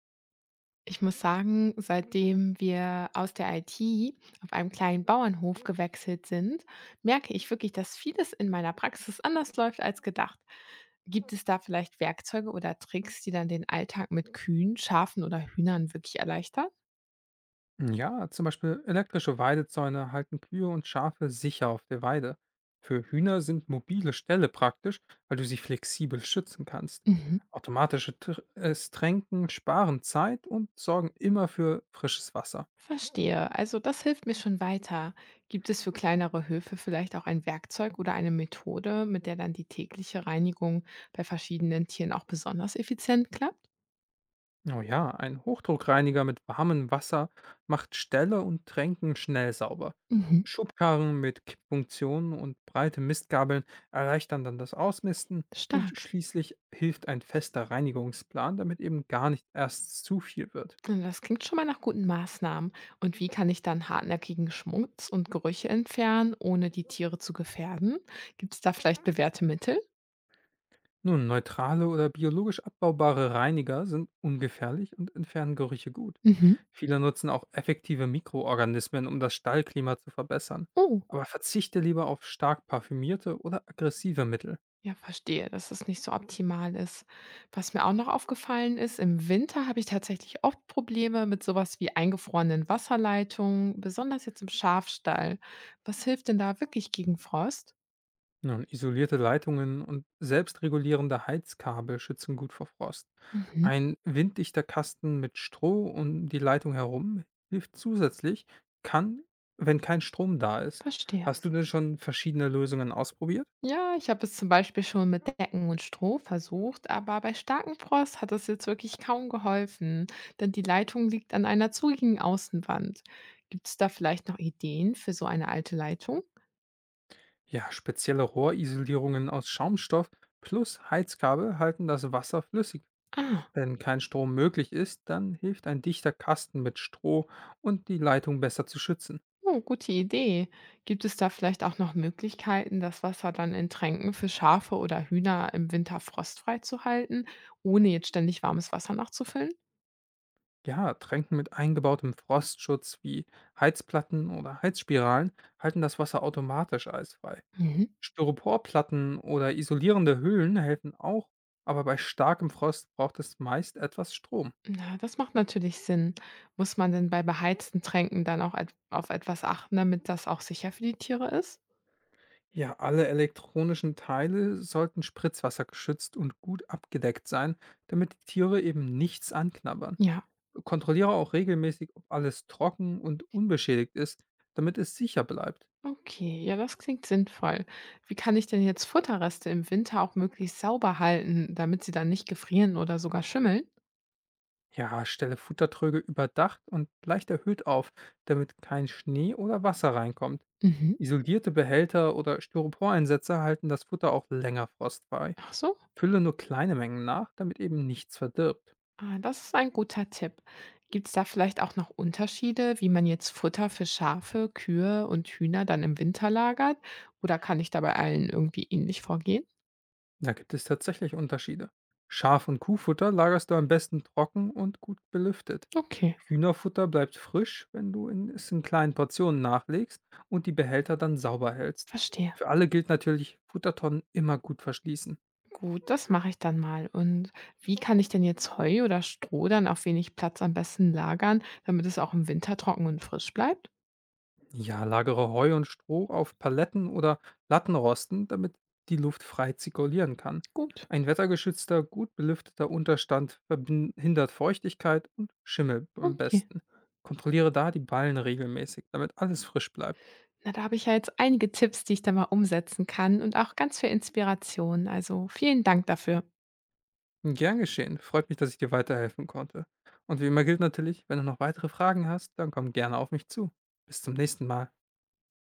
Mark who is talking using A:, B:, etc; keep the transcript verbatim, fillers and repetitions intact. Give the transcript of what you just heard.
A: Ich muss sagen, seitdem wir aus der I T auf einem kleinen Bauernhof gewechselt sind, merke ich wirklich, dass vieles in meiner Praxis anders läuft als gedacht. Gibt es da vielleicht Werkzeuge oder Tricks, die dann den Alltag mit Kühen, Schafen oder Hühnern wirklich erleichtern?
B: Hm, Ja, zum Beispiel elektrische Weidezäune halten Kühe und Schafe sicher auf der Weide. Für Hühner sind mobile Ställe praktisch, weil du sie flexibel schützen kannst.
A: Mhm.
B: Automatische Tr äh, Tränken sparen Zeit und sorgen immer für frisches Wasser.
A: Verstehe. Also das hilft mir schon weiter. Gibt es für kleinere Höfe vielleicht auch ein Werkzeug oder eine Methode, mit der dann die tägliche Reinigung bei verschiedenen Tieren auch besonders effizient klappt?
B: Oh ja, ein Hochdruckreiniger mit warmem Wasser macht Ställe und Tränken schnell sauber.
A: Mhm.
B: Schubkarren mit Kippfunktionen und breite Mistgabeln erleichtern dann das Ausmisten, und
A: Stark.
B: schließlich hilft ein fester Reinigungsplan, damit eben gar nicht erst zu viel wird.
A: Na, das klingt schon mal nach guten Maßnahmen. Und wie kann ich dann hartnäckigen Schmutz und Gerüche entfernen, ohne die Tiere zu gefährden? Gibt es da vielleicht bewährte Mittel?
B: Nun, neutrale oder biologisch abbaubare Reiniger sind ungefährlich und entfernen Gerüche gut.
A: Mhm.
B: Viele nutzen auch effektive Mikroorganismen, um das Stallklima zu verbessern.
A: Oh,
B: Aber verzichte lieber auf stark parfümierte oder aggressive Mittel.
A: ja, verstehe, dass es nicht so optimal ist. Was mir auch noch aufgefallen ist, im Winter habe ich tatsächlich oft Probleme mit sowas wie eingefrorenen Wasserleitungen, besonders jetzt im Schafstall. Was hilft denn da wirklich gegen Frost?
B: Ja, isolierte Leitungen und selbstregulierende Heizkabel schützen gut vor Frost.
A: Mhm,
B: Ein winddichter Kasten mit Stroh um die Leitung herum hilft zusätzlich, kann, wenn kein Strom da ist.
A: verstehe.
B: Hast du denn schon verschiedene Lösungen ausprobiert?
A: Ja, ich habe es zum Beispiel schon mit Decken und Stroh versucht, aber bei starkem Frost hat es jetzt wirklich kaum geholfen, denn die Leitung liegt an einer zugigen Außenwand. Gibt es da vielleicht noch Ideen für so eine alte Leitung?
B: Ja, spezielle Rohrisolierungen aus Schaumstoff plus Heizkabel halten das Wasser flüssig.
A: Ah.
B: Wenn kein Strom möglich ist, dann hilft ein dichter Kasten mit Stroh und die Leitung besser zu schützen.
A: Oh, gute Idee. Gibt es da vielleicht auch noch Möglichkeiten, das Wasser dann in Tränken für Schafe oder Hühner im Winter frostfrei zu halten, ohne jetzt ständig warmes Wasser nachzufüllen?
B: Ja, Tränken mit eingebautem Frostschutz wie Heizplatten oder Heizspiralen halten das Wasser automatisch eisfrei.
A: Mhm.
B: Styroporplatten oder isolierende Hüllen helfen auch, aber bei starkem Frost braucht es meist etwas Strom.
A: Na, das macht natürlich Sinn. Muss man denn bei beheizten Tränken dann auch et auf etwas achten, damit das auch sicher für die Tiere ist?
B: Ja, alle elektronischen Teile sollten spritzwassergeschützt und gut abgedeckt sein, damit die Tiere eben nichts anknabbern.
A: Ja,
B: Kontrolliere auch regelmäßig, ob alles trocken und unbeschädigt ist, damit es sicher bleibt.
A: okay. Ja, das klingt sinnvoll. Wie kann ich denn jetzt Futterreste im Winter auch möglichst sauber halten, damit sie dann nicht gefrieren oder sogar schimmeln?
B: Ja, stelle Futtertröge überdacht und leicht erhöht auf, damit kein Schnee oder Wasser reinkommt.
A: Mhm.
B: Isolierte Behälter oder Styroporeinsätze halten das Futter auch länger frostfrei.
A: Ach so.
B: Fülle nur kleine Mengen nach, damit eben nichts verdirbt.
A: Ah, das ist ein guter Tipp. Gibt es da vielleicht auch noch Unterschiede, wie man jetzt Futter für Schafe, Kühe und Hühner dann im Winter lagert? Oder kann ich da bei allen irgendwie ähnlich vorgehen?
B: Da gibt es tatsächlich Unterschiede. Schaf- und Kuhfutter lagerst du am besten trocken und gut belüftet.
A: Okay,
B: Hühnerfutter bleibt frisch, wenn du in- es in kleinen Portionen nachlegst und die Behälter dann sauber hältst.
A: verstehe.
B: Für alle gilt natürlich, Futtertonnen immer gut verschließen.
A: Gut, das mache ich dann mal. Und wie kann ich denn jetzt Heu oder Stroh dann auf wenig Platz am besten lagern, damit es auch im Winter trocken und frisch bleibt?
B: Ja, lagere Heu und Stroh auf Paletten oder Lattenrosten, damit die Luft frei zirkulieren kann.
A: Gut,
B: Ein wettergeschützter, gut belüfteter Unterstand verhindert Feuchtigkeit und Schimmel am
A: okay.
B: besten. Kontrolliere da die Ballen regelmäßig, damit alles frisch bleibt.
A: Na, da habe ich ja jetzt einige Tipps, die ich dann mal umsetzen kann und auch ganz viel Inspiration. Also vielen Dank dafür.
B: Gern geschehen, freut mich, dass ich dir weiterhelfen konnte. Und wie immer gilt natürlich, wenn du noch weitere Fragen hast, dann komm gerne auf mich zu. Bis zum nächsten Mal.